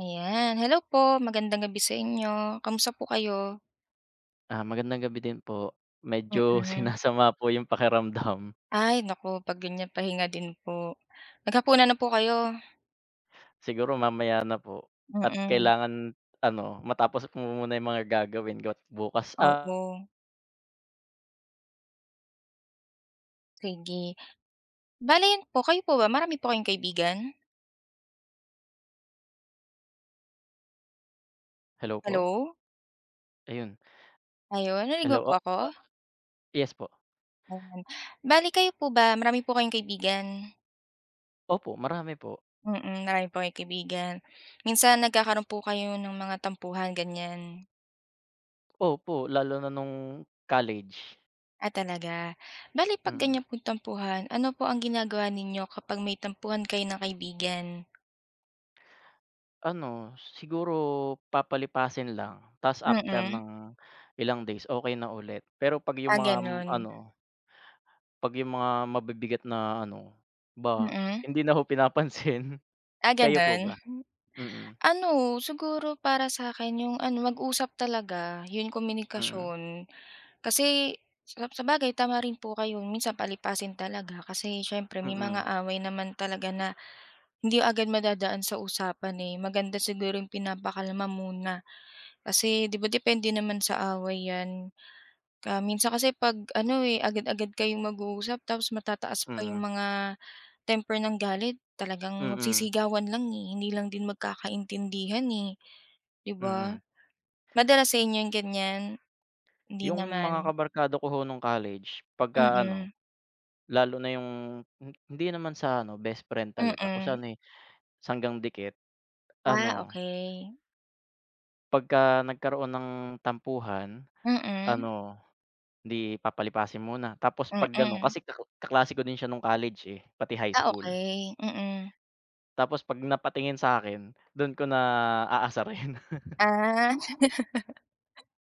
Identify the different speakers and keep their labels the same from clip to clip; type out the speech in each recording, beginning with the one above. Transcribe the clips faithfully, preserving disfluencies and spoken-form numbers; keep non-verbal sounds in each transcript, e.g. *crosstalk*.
Speaker 1: Ayan, hello po, magandang gabi sa inyo. Kamusta po kayo?
Speaker 2: Ah, magandang gabi din po. Medyo *laughs*
Speaker 1: Mm.
Speaker 2: sinasama po yung pakiramdam.
Speaker 1: Ay naku, 'pag ganyan pahinga din po. Naghapunan na po kayo?
Speaker 2: Siguro mamaya na po at
Speaker 1: Mm,
Speaker 2: kailangan ano, matapos ko muna yung mga gagawin ko at bukas. ah,
Speaker 1: oo, sige. Bale 'yan po, kayo po ba marami po kayong kaibigan?
Speaker 2: hello po?
Speaker 1: Hello?
Speaker 2: Ayun.
Speaker 1: Ayun, narinig mo
Speaker 2: Hello,
Speaker 1: po
Speaker 2: o
Speaker 1: ako?
Speaker 2: o yes po.
Speaker 1: Ayan. Bale kayo po ba marami po kayong kaibigan?
Speaker 2: Opo, marami po.
Speaker 1: Mm, marami po kayong kaibigan. Minsan nagkakaroon po kayo ng mga tampuhan, ganyan?
Speaker 2: Opo, lalo na nung college.
Speaker 1: Ah, talaga. Bale 'pag
Speaker 2: Mm.
Speaker 1: ganyan pong tampuhan, ano po ang ginagawa ninyo kapag may tampuhan kayo ng kaibigan?
Speaker 2: Ano, siguro papalipasin lang, ta's after
Speaker 1: Mm.
Speaker 2: ng ilang days okay na ulit. Pero 'pag yung
Speaker 1: Ah,
Speaker 2: mga
Speaker 1: gano'n.
Speaker 2: ano 'Pag yung mga mabibigat na ano, ba
Speaker 1: Mm.
Speaker 2: hindi na ho pinapansin.
Speaker 1: Ah,
Speaker 2: *laughs* Kayo po
Speaker 1: gano'n.
Speaker 2: ba? Mm,
Speaker 1: Ano, siguro para sa sa'kin yung ano, mag-usap talaga, yun
Speaker 2: mm,
Speaker 1: komunikasyon. Kasi sa sabagay tama rin po kayo, minsan palipasin talaga kasi siyempre may mga
Speaker 2: mm,
Speaker 1: away naman talaga na hindi agad madadaan sa usapan, eh. Maganda siguro yung pinapakalma muna kasi 'di ba depende naman sa away 'yan. Ah, minsan kasi 'pag ano, eh, agad-agad kayong mag-uusap tapos matataas pa
Speaker 2: mm,
Speaker 1: yung mga temper ng galit, talagang
Speaker 2: mm,
Speaker 1: magsisigawan lang, eh, hindi lang din magkakaintindihan, eh, 'di ba?
Speaker 2: mm.
Speaker 1: Madalas sa inyo yung ganyan? Hindi
Speaker 2: Yung
Speaker 1: naman?
Speaker 2: mga kabarkada ko ho nung college pagka ano,
Speaker 1: Mm,
Speaker 2: lalo na yung hin hindi naman sa ano best friend talaga kung
Speaker 1: mm.
Speaker 2: saan, eh, sa hanggang dikit.
Speaker 1: Ah,
Speaker 2: Ano,
Speaker 1: okey.
Speaker 2: pagka nagkaroon ng tampuhan,
Speaker 1: Mm,
Speaker 2: ano, 'di papalipasin muna tapos 'pag ano
Speaker 1: mm.
Speaker 2: kasi ka kaklase ko din siya nung college, eh, pati high
Speaker 1: Ah,
Speaker 2: school.
Speaker 1: okey, mm.
Speaker 2: Tapos 'pag napatingin sa'kin, dun ko na aasarin. *laughs*
Speaker 1: Ah, *laughs*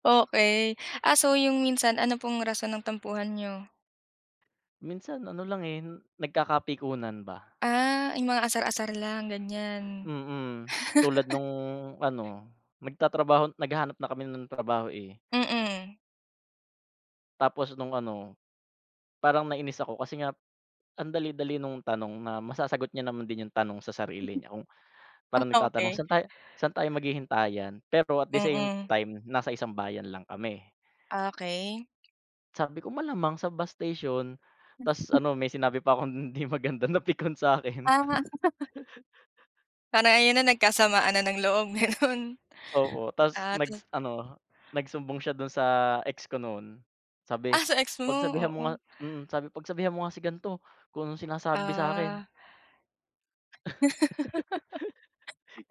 Speaker 1: okey. Ah, so yung minsan ano pong rason ng tampuhan niyo?
Speaker 2: Minsan ano lang, eh, nagkakapikunan ba,
Speaker 1: Ah, yung mga asar-asar lang ganyan?
Speaker 2: mm. Tulad nung ano, nagtatrabaho naghahanap na kami ng trabaho, eh.
Speaker 1: Mm,
Speaker 2: Tapos nung ano, parang nainis ako kasi nga ang dali-dali nung tanong na masasagot niya naman din yung tanong sa sarili niya kung parang nagtatanong,
Speaker 1: okey.
Speaker 2: "Saan
Speaker 1: *laughs*
Speaker 2: tayo saan tayo maghihintayan?" Pero at the same
Speaker 1: Mm,
Speaker 2: time, nasa isang bayan lang kami.
Speaker 1: okey.
Speaker 2: Sabi ko, "Malamang sa bus station." Ta's ano, may sinabi pa akong *laughs* hindi maganda, na napikon sa'kin.
Speaker 1: Ah. Parang ayun na nagkasamaan na ng loob *laughs* gano'n.
Speaker 2: Oo, ta's
Speaker 1: Ah, tas
Speaker 2: nags ano, nagsumbong siya dun sa ex ko noon. Sabi,
Speaker 1: ah, sa ex mo,
Speaker 2: "Pagsabihan mo
Speaker 1: oo.
Speaker 2: nga," mm, sabi, "Pagsabihan mo nga si gan'to kung anong sinasabi sa'kin."
Speaker 1: Ah,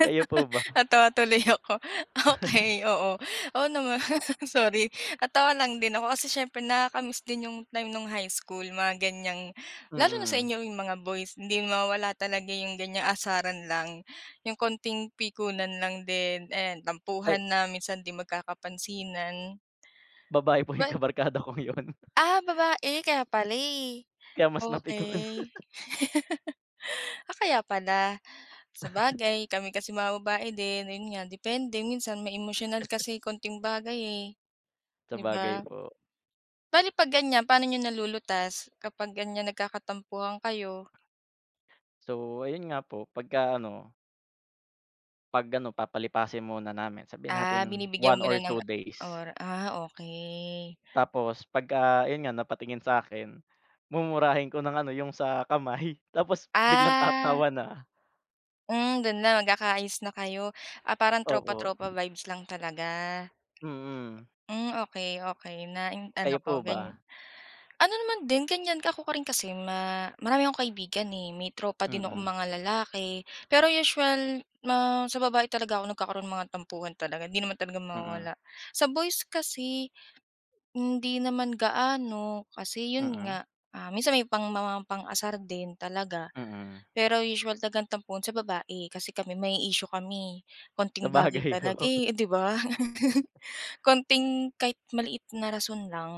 Speaker 2: Kayo po ba?
Speaker 1: natawa tuloy ako. *laughs* Okey, oo. Oo naman, *laughs* sorry. Natawa lang din ako kasi siyempre nakakamiss din yung time nung high school, mga ganiyang lalo na sa
Speaker 2: Mm.
Speaker 1: inyo yung mga boys, hindi mawawala talaga yung ganiyang asaran lang. Yung konting pikunan lang din, ayan
Speaker 2: Ay,
Speaker 1: tampuhan na, minsan 'di magkakapansinan.
Speaker 2: babae po yung
Speaker 1: Ba
Speaker 2: kabarkada kong yun, *laughs*
Speaker 1: ah, babae kaya pala, eh.
Speaker 2: kaya mas napikon.
Speaker 1: Okey.
Speaker 2: *laughs*
Speaker 1: Ah, kaya pala. Sabagay kami kasi mga babae din, ayun nga depende minsan ma-emosyonal kasi konting bagay, eh, 'di
Speaker 2: Sabagay
Speaker 1: ba?
Speaker 2: po.
Speaker 1: Bale 'pag ganyan paano niyo nalulutas kapag ganyan nagkakatampuhan kayo?
Speaker 2: So, ayun nga po, pagka-ano, 'pag ano, papalipasin muna namin, sabihin natin
Speaker 1: Ah, binibigyan
Speaker 2: one
Speaker 1: muna
Speaker 2: or
Speaker 1: ng
Speaker 2: two days.
Speaker 1: ora ah, okey.
Speaker 2: Tapos pagka yun nga, napatingin sa'kin, mumurahin ko ng ano, yung sa kamay, *laughs* tapos biglang
Speaker 1: Ah,
Speaker 2: tatawa na.
Speaker 1: hmm, dun na magkakaayos na kayo. Ah, parang
Speaker 2: Opo,
Speaker 1: tropa-tropa vibes lang talaga.
Speaker 2: mm.
Speaker 1: Hmm, okey, okey na ano
Speaker 2: Kayo po
Speaker 1: ko
Speaker 2: ba?
Speaker 1: ganyan. Ano naman din ganyan ka ako ka rin kasi ma marami akong kaibigan, eh, may tropa din akong
Speaker 2: Mm,
Speaker 1: mga lalaki. Pero usual ma sa babae talaga ako nagkakaroon ng mga tampuhan talaga, hindi naman talaga
Speaker 2: mm,
Speaker 1: mawawala. Sa boys kasi hindi naman gaano kasi
Speaker 2: mm,
Speaker 1: yun
Speaker 2: mm.
Speaker 1: nga, ah, minsan may pang mga pang-asar din talaga.
Speaker 2: *laughs*
Speaker 1: Pero usual talagang tampuhan sa babae kasi kami may issue kami, konting bagay
Speaker 2: Sabagay,
Speaker 1: talaga,
Speaker 2: oo.
Speaker 1: eh, 'di ba? *laughs* Konting kahit maliit na rason lang.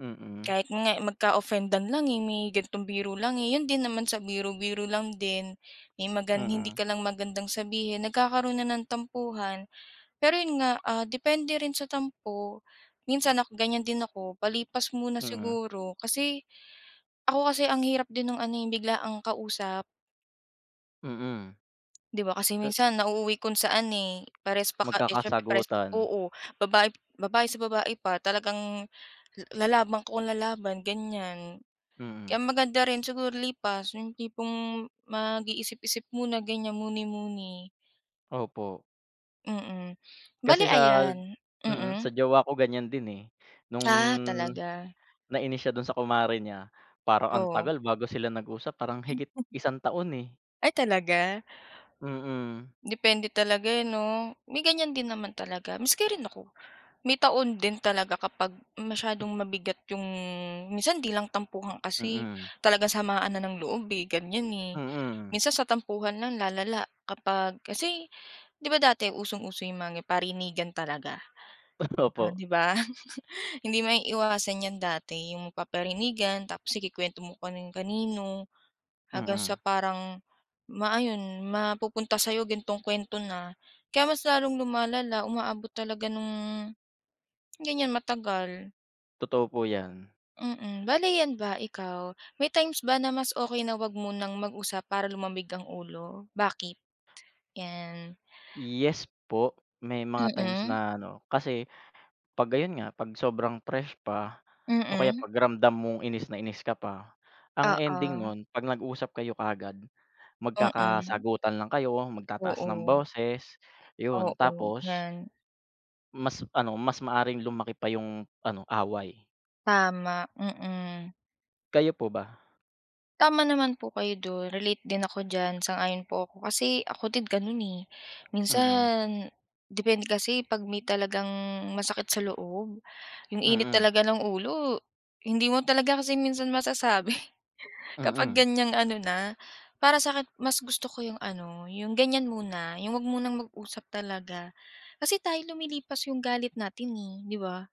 Speaker 2: Mm,
Speaker 1: Kahit nga magka-offendan lang, eh, may ganitong biro lang, eh, yun din naman sa biro-biro lang din, may magan hindi
Speaker 2: mm,
Speaker 1: ka lang magandang sabihin, nagkakaroon na ng tampuhan. Pero yun nga, ah, depende rin sa tampo. Minsan ako ganyan din ako, palipas muna
Speaker 2: mm,
Speaker 1: siguro. Kasi ako kasi ang hirap din nung ano, yung biglaang kausap,
Speaker 2: mm.
Speaker 1: 'di ba? Kasi
Speaker 2: Ka
Speaker 1: minsan nauuwi kung saan, eh, parehas pa ka eh, siyempre parehas
Speaker 2: magkakasagutan,
Speaker 1: oo, babae babae sa babae pa talagang la lalaban ka kung lalaban, ganyan.
Speaker 2: mm,
Speaker 1: Kaya maganda rin siguro lipas, yung tipong mag-iisip-isip muna ganyan, muni-muni,
Speaker 2: opo.
Speaker 1: mm.
Speaker 2: Kasi
Speaker 1: Bale
Speaker 2: sa
Speaker 1: ayan
Speaker 2: mm,
Speaker 1: mm.
Speaker 2: sa jowa ko ganyan din, eh. Nung
Speaker 1: Ah, talaga?
Speaker 2: nainis siya dun sa kumare niya, parang ang
Speaker 1: Oo.
Speaker 2: tagal bago sila nag-usap parang higit isang taon, eh.
Speaker 1: Ay talaga?
Speaker 2: Mm,
Speaker 1: Depende talaga eh 'no? May ganyan din naman talaga, maski rin ako. May taon din talaga kapag masyadong mabigat yung minsan 'di lang tampuhan
Speaker 2: mm,
Speaker 1: kasi,
Speaker 2: mm,
Speaker 1: talagang samaan na ng loob eh, ganyan eh.
Speaker 2: mm.
Speaker 1: Minsan sa tampuhan lang lalala kapag kasi 'di ba dati usong-uso yung mga parinigan talaga?
Speaker 2: *laughs*
Speaker 1: Ah,
Speaker 2: Opo,
Speaker 1: 'di ba? *laughs* Hindi maiiwasan 'yan dati, yung paparinigan tapos ikukuwento mo kung kanino, hanggang sa
Speaker 2: mm.
Speaker 1: parang ma-ayun, mapupunta sa'yo gintong kuwento na. Kaya mas lalong lumalala, umaabot talaga nung ganyan, matagal.
Speaker 2: Totoo po yan.
Speaker 1: Mm. Bale 'yan ba, ikaw, may times ba na mas okay na 'wag mo nang mag-usap para lumamig ang ulo? Bakit? 'Yan.
Speaker 2: Yes po, may mga times
Speaker 1: Mm,
Speaker 2: na ano, kasi 'pag ayun nga, 'pag sobrang fresh pa o kaya
Speaker 1: mm.
Speaker 2: 'pag ramdam mong inis na inis ka pa, ang
Speaker 1: Oo,
Speaker 2: ending nun 'pag nag-usap kayo kaagad,
Speaker 1: mm.
Speaker 2: magkakasagutan lang kayo, magtataas ng
Speaker 1: Oo,
Speaker 2: boses, yun.
Speaker 1: oo,
Speaker 2: Tapos
Speaker 1: 'yan.
Speaker 2: mas ano, mas maaring lumaki pa yung ano, away.
Speaker 1: Tama, mm.
Speaker 2: Kayo po ba?
Speaker 1: Tama naman po kayo dun, relate din ako diyan, sang-ayon po ako. Kasi ako din ganun, eh.
Speaker 2: Mm,
Speaker 1: Minsan depende kasi 'pag may talagang masakit sa loob, yung init
Speaker 2: mm,
Speaker 1: talaga ng ulo, hindi mo talaga kasi minsan masasabi *laughs* kapag
Speaker 2: mm.
Speaker 1: ganyang ano na. Para sa akin mas gusto ko yung ano, yung ganyan muna, yung 'wag munang mag-usap talaga. Kasi tayo lumilipas yung galit natin, eh, 'di ba?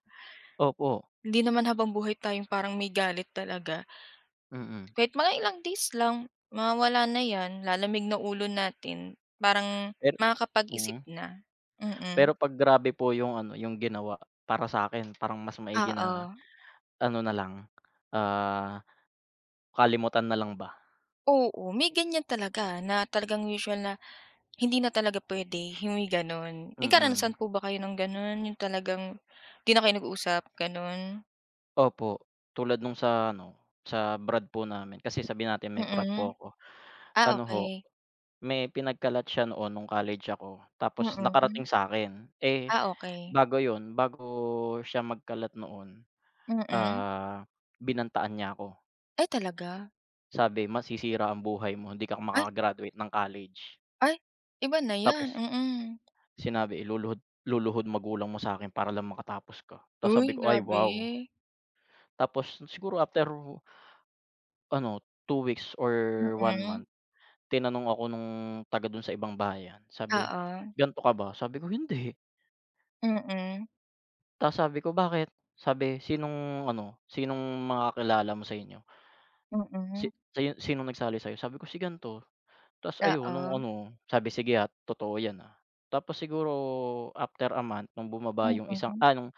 Speaker 2: Opo,
Speaker 1: Hindi naman habang buhay tayong parang may galit talaga.
Speaker 2: mm.
Speaker 1: Kahit mga ilang days lang, mawawala na 'yan, lalamig na ulo natin, parang
Speaker 2: Pero
Speaker 1: makakapag-isip
Speaker 2: mm.
Speaker 1: na, mm.
Speaker 2: Pero 'pag grabe po yung ano, yung ginawa, para sa'kin parang mas maigi
Speaker 1: Oo,
Speaker 2: na ano na lang, ah, kalimutan na lang ba?
Speaker 1: oo, may ganiyan talaga na talagang usual na hindi na talaga pwede, yung may gano'n. May karanasan
Speaker 2: Mm,
Speaker 1: po ba kayo ng gano'n, yung talagang 'di na kayo nag-uusap, gano'n?
Speaker 2: opo. Tulad nung sa ano, sa brad po namin kasi sabihin natin may frat po
Speaker 1: Mm.
Speaker 2: ako.
Speaker 1: Ah,
Speaker 2: Ano ho,
Speaker 1: okey.
Speaker 2: may pinagkalat siya noon nung college ako tapos nakarating
Speaker 1: Mm.
Speaker 2: sa'kin. Eh,
Speaker 1: Ah, okey.
Speaker 2: bago yun, bago siya magkalat noon,
Speaker 1: Mm.
Speaker 2: ah, binantaan niya ako.
Speaker 1: Ay talaga?
Speaker 2: Sabi, "Masisira ang buhay mo, hindi ka
Speaker 1: Ay
Speaker 2: makaka-graduate ng college."
Speaker 1: ay, iba na 'yan,
Speaker 2: Tapos
Speaker 1: mm.
Speaker 2: sinabi, "Iluluhod luluhod magulang mo sa'kin para lang makatapos ka." Tapos sabi
Speaker 1: Uy,
Speaker 2: ko, "Ay wow."
Speaker 1: grabe.
Speaker 2: Tapos siguro after ano, two weeks or one
Speaker 1: Mm,
Speaker 2: month, tinanong ako nung taga dun sa ibang bayan, sabi,
Speaker 1: oo.
Speaker 2: "Gan'to ka ba?" Sabi ko, "Hindi."
Speaker 1: Mm, mm.
Speaker 2: Tapos sabi ko, "Bakit?" Sabi, "Sinong ano, sinong mga kakilala mo sa inyo? Si si sinong nagsali sa'yo?" Sabi ko, "Si gan'to." Tapos ayun nung
Speaker 1: Oo,
Speaker 2: ano, sabi, "Sige at totoo 'yan, ah." Tapos siguro after a month nung bumaba
Speaker 1: mm,
Speaker 2: yung isang
Speaker 1: mm.
Speaker 2: ah, nung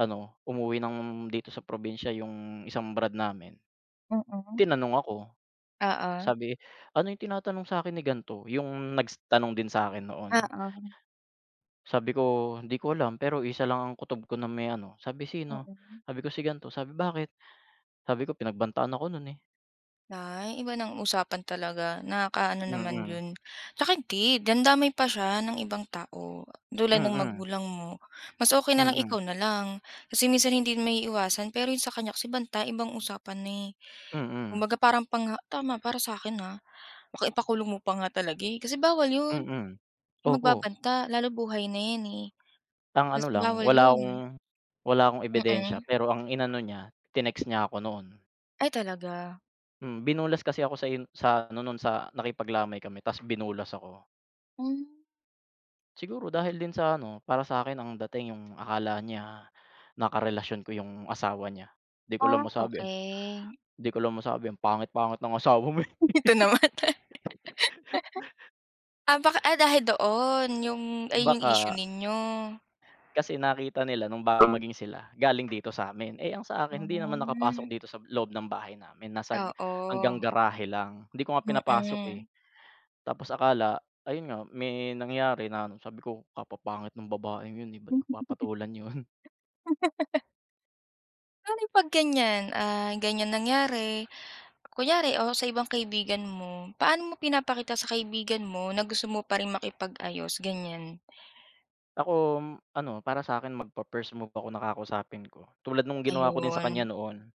Speaker 2: ano, umuwi ng dito sa probinsya yung isang brad namin, tinanong ako.
Speaker 1: Oo,
Speaker 2: Sabi, "Ano yung tinatanong sa'kin ni gan'to?" Yung nags tanong din sa'kin noon.
Speaker 1: oo,
Speaker 2: Sabi ko, "Di ko alam pero isa lang ang kutob ko na may ano." Sabi, "Sino?"
Speaker 1: mm.
Speaker 2: Sabi ko, "Si gan'to." Sabi, "Bakit?" Sabi ko, "Pinagbantaan ako nun, eh."
Speaker 1: Ay, iba ng usapan talaga, nakakaano naman
Speaker 2: Mm,
Speaker 1: yun. Tsaka hindi, dandamay pa siya ng ibang tao, tulad ng
Speaker 2: mm,
Speaker 1: magulang mo. Mas okay na lang
Speaker 2: mm,
Speaker 1: ikaw na lang, kasi minsan hindi maiiwasan pero yung sa kanya kasi banta ibang usapan na, eh.
Speaker 2: mm,
Speaker 1: Kumbaga parang pangha tama para sa'kin, ha, baka ipakulong mo pa nga talaga, eh, kasi bawal yun.
Speaker 2: mm.
Speaker 1: Yung
Speaker 2: Opo,
Speaker 1: magbabanta lalo buhay na yan, eh,
Speaker 2: ang ano
Speaker 1: mas
Speaker 2: lang
Speaker 1: bawal
Speaker 2: wala akong
Speaker 1: yun.
Speaker 2: wala akong ebidensya
Speaker 1: Mm.
Speaker 2: pero ang inano niya, tinext niya ako noon.
Speaker 1: Ay talaga?
Speaker 2: Mm, binulas kasi ako sa in sa ano nun sa nakipaglamay kami ta's binulas ako.
Speaker 1: Hmm,
Speaker 2: Siguro dahil din sa ano, para sa akin ang dating yung akala niya nakarelasyon ko yung asawa niya. 'Di ko lang
Speaker 1: ah,
Speaker 2: masabi ang
Speaker 1: okey.
Speaker 2: 'di ko lang masabi ang pangit-pangit ng asawa mo, eh.
Speaker 1: *laughs* Ito naman. Ah, baka ah, dahil doon yung ayun
Speaker 2: *laughs*
Speaker 1: yung issue
Speaker 2: Baka
Speaker 1: ninyo?
Speaker 2: kasi nakita nila nung bago maging sila galing dito sa sa'min, eh, ang sa akin hindi naman nakapasok
Speaker 1: Hmm,
Speaker 2: dito sa loob ng bahay namin, nasa g-
Speaker 1: oo,
Speaker 2: hanggang garahe lang. Hindi ko nga pinapasok, eh.
Speaker 1: mm.
Speaker 2: Tapos akala ayun nga may nangyari na ano, sabi ko, "Kapapangit ng babaeng yun, eh, ba't
Speaker 1: Mm.
Speaker 2: ko papatulan yun?"
Speaker 1: Paano 'pag ganyan, ah, ganyan nangyari, kunyari o sa ibang kaibigan mo, paano mo pinapakita sa kaibigan mo na gusto mo pa rin makipag-ayos, ganyan?
Speaker 2: Ako, m- ano, para sa sa'kin magpa-first move ako ng ko. Tulad nung ginawa ko din sa
Speaker 1: Ayun,
Speaker 2: kanya noon,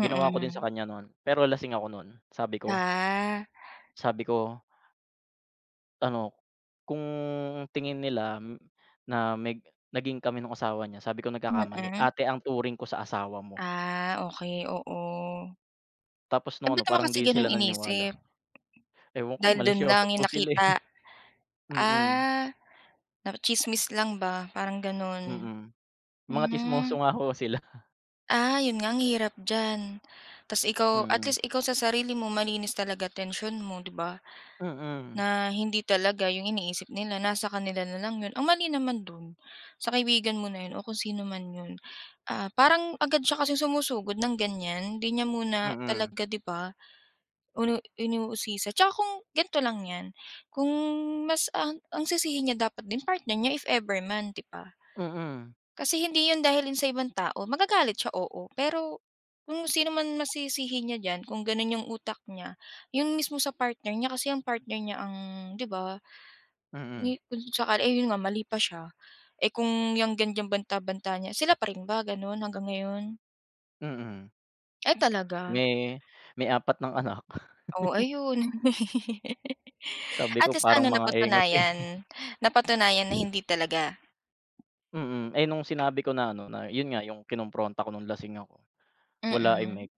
Speaker 2: ginawa ko din sa kanya noon pero lasing ako noon. Sabi ko
Speaker 1: Ah,
Speaker 2: sabi ko, ano, kung tingin nila m- na meg naging kami nung asawa niya, sabi ko nagkakamali,
Speaker 1: mm.
Speaker 2: ate ang turing ko sa asawa mo.
Speaker 1: Ah, okey, oo.
Speaker 2: Tapos
Speaker 1: Eh,
Speaker 2: nung ano,
Speaker 1: ba't naman
Speaker 2: parang
Speaker 1: kasi
Speaker 2: di sila
Speaker 1: gano'n
Speaker 2: naniniwala.
Speaker 1: inisip?
Speaker 2: Ewan ko
Speaker 1: Dahil dun
Speaker 2: malisyoso
Speaker 1: lang
Speaker 2: po
Speaker 1: yung
Speaker 2: sila, eh.
Speaker 1: nakita,
Speaker 2: *laughs* Mm,
Speaker 1: ah, na tsismis lang ba parang ganon.
Speaker 2: mm. Mga tsismoso
Speaker 1: Hmm,
Speaker 2: nga ho sila. *laughs*
Speaker 1: ah, yun nga ang hirap diyan. Tas ikaw at
Speaker 2: Mm,
Speaker 1: least ikaw sa sarili mo malinis talaga tensyon mo, 'di ba?
Speaker 2: mm,
Speaker 1: Na hindi talaga yung iniisip nila nasa kanila na lang yun. Ang mali naman dun sa kaibigan mo na yun o kung sino man yun, ah, parang agad siya kasing sumusugod ng ganyan, hindi niya muna
Speaker 2: mm,
Speaker 1: talaga, 'di ba? Inu inuusisa tsaka kung ganito lang 'yan, kung mas ang ang sisihin niya dapat din partner niya if ever man, 'di ba?
Speaker 2: mm,
Speaker 1: Kasi hindi 'yun dahil sa ibang tao, magagalit siya, oo. Pero kung sino man masisihin niya diyan, kung gano'n 'yung utak niya, 'yun mismo sa partner niya kasi ang partner niya ang 'di ba,
Speaker 2: mm,
Speaker 1: ni kung sakali eh, 'yun nga mali pa siya, eh, kung 'yang ganiyang banta-banta niya, sila pa rin ba gano'n hanggang ngayon?
Speaker 2: mm.
Speaker 1: Ay talaga,
Speaker 2: May may apat ng anak. *laughs*
Speaker 1: oh, ayun. *laughs*
Speaker 2: Sabi ko
Speaker 1: At least
Speaker 2: parang
Speaker 1: ano
Speaker 2: mga engot, eh.
Speaker 1: napatunayan napatunayan na hindi talaga,
Speaker 2: Mm, eh, nung sinabi ko na ano, na yun nga yung kinompronta ko nung lasing ako, wala, eh,
Speaker 1: mm.
Speaker 2: Mek,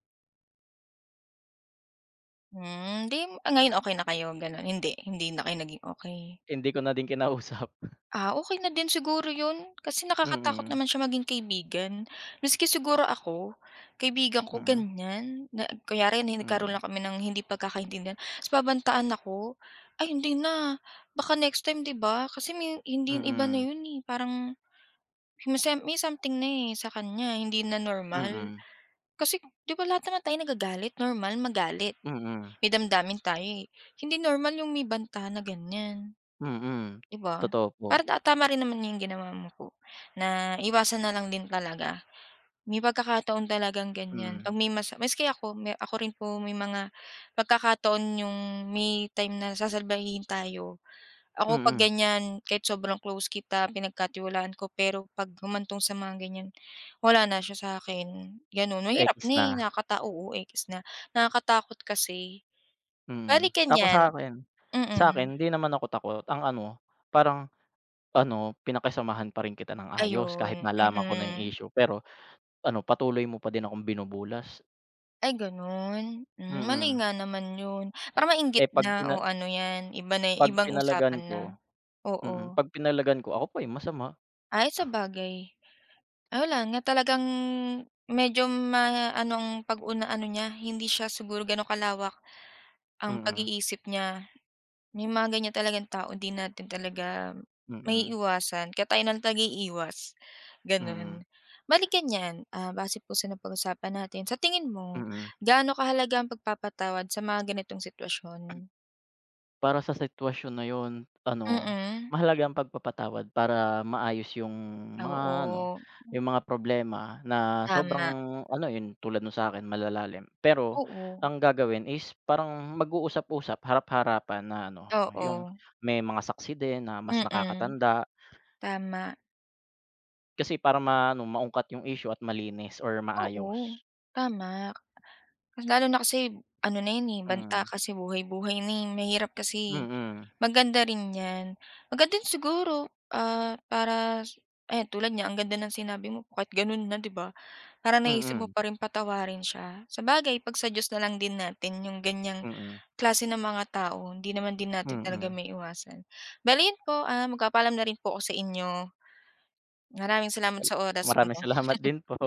Speaker 1: Hmm, 'di ngayon okey na kayo gano'n? Hindi, hindi na kayo naging okey.
Speaker 2: hindi ko na din kinausap. *laughs*
Speaker 1: Ah, okey na din siguro 'yun kasi nakakatakot
Speaker 2: Mm,
Speaker 1: naman siya maging kaibigan. Maski siguro ako, kaibigan ko
Speaker 2: mm,
Speaker 1: ganiyan na kunyari nagkaroon
Speaker 2: mm,
Speaker 1: lang kami ng hindi pagkakaintindihan, ta's babantaan ako, "Ay hindi na, baka next time 'di ba?" Kasi may hindi iba na
Speaker 2: mm,
Speaker 1: 'yun, eh, parang may some may something na, eh, sa kanya hindi na normal.
Speaker 2: mm,
Speaker 1: Kasi 'di ba lahat naman tayo nagagalit, normal magalit.
Speaker 2: mm,
Speaker 1: May damdamin tayo, eh. Hindi normal yung may banta na ganyan,
Speaker 2: mm,
Speaker 1: 'di ba?
Speaker 2: totoo po.
Speaker 1: Para ta tama rin naman yung ginawa mo po, na iwasan na lang din talaga. May pagkakataon talagang ganyan 'pag
Speaker 2: Mm,
Speaker 1: may mas maski ako, me ako rin po may mga pagkakataon yung may time na sasalbahin tayo. Ako 'pag
Speaker 2: mm,
Speaker 1: ganyan, kahit sobrang close kita, pinagkatiwalaan ko, pero 'pag humantong sa mga ganyan, wala na siya sa akin gano'n. Mahirap
Speaker 2: ex
Speaker 1: na,
Speaker 2: na,
Speaker 1: eh, nakakata oo, eh, kasi na. Nakakatakot kasi.
Speaker 2: mm.
Speaker 1: Bale
Speaker 2: Ako
Speaker 1: ganyan
Speaker 2: sa'kin
Speaker 1: mm.
Speaker 2: sa'kin hindi naman ako takot, ang ano, parang ano, pinakisamahan pa rin kita ng ayos kahit
Speaker 1: Ayun,
Speaker 2: nalaman ko na yung
Speaker 1: mm.
Speaker 2: issue pero ano, patuloy mo pa din akong binubulas.
Speaker 1: Ay gano'n? Hmm, mali
Speaker 2: Mm.
Speaker 1: nga naman 'yun. Para
Speaker 2: Eh,
Speaker 1: mainggit
Speaker 2: 'pag
Speaker 1: na o
Speaker 2: pina
Speaker 1: ano 'yan, iba na
Speaker 2: 'pag
Speaker 1: ibang
Speaker 2: pinalagan
Speaker 1: usapan na.
Speaker 2: ko mm,
Speaker 1: Oo.
Speaker 2: 'pag pinalagan ko ako pa yung masama.
Speaker 1: Ay, sa bagay. Ay, wala nga, talagang medyo ma ano ang pag ano niya, hindi siya siguro gano'n kalawak. Ang
Speaker 2: Mm,
Speaker 1: pag-iisip niya, may mga ganyan talagang tao di natin talaga may
Speaker 2: mm,
Speaker 1: iwasan, kaya tayo na lang talaga iiwas,
Speaker 2: mm,
Speaker 1: gano'n. Bale ganyan, ah, base po sa napag-usapan natin, sa tingin mo,
Speaker 2: mm.
Speaker 1: gaano kahalaga ang pagpapatawad sa mga ganitong sitwasyon?
Speaker 2: Para sa sitwasyon na yun ano,
Speaker 1: Mm,
Speaker 2: mahalaga ang pagpapatawad para maayos yung mga ano,
Speaker 1: oo,
Speaker 2: yung mga problema na sobrang
Speaker 1: tama,
Speaker 2: ano yun, tulad nung sa'kin malalalim. Pero
Speaker 1: oo,
Speaker 2: ang gagawin is parang mag-uusap-usap, harap-harapan na ano, yung
Speaker 1: oo,
Speaker 2: may mga saksi din na mas
Speaker 1: mm,
Speaker 2: nakakatanda.
Speaker 1: tama,
Speaker 2: Kasi para maano, maungkat yung issue at malinis or maayos.
Speaker 1: oo, tama. Kasi lalo na kasi ano na 'yan, eh, banta
Speaker 2: Mm,
Speaker 1: kasi buhay-buhay na, eh, mahirap kasi.
Speaker 2: mm,
Speaker 1: Maganda rin 'yan. Maganda din siguro, ah, para eh tulad niya ang ganda ng sinabi mo kahit gano'n na 'di ba, parang naisip mo
Speaker 2: mm,
Speaker 1: pa rin patawarin siya. Sabagay ipagsa-Diyos na lang din natin yung ganyang
Speaker 2: mm,
Speaker 1: klase ng mga tao, hindi naman din natin talaga
Speaker 2: mm.
Speaker 1: maiiwasan. Bale 'yun po, ah, magpapaalam na rin po ako sa inyo. Maraming salamat sa oras mo,
Speaker 2: Maraming salamat din po.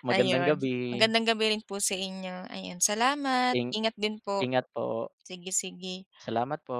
Speaker 2: Magandang
Speaker 1: ayun.
Speaker 2: gabi.
Speaker 1: Magandang gabi rin po sa inyo, ayan salamat,
Speaker 2: Ing
Speaker 1: ingat din po.
Speaker 2: ingat po.
Speaker 1: Sige, sige.
Speaker 2: Salamat po.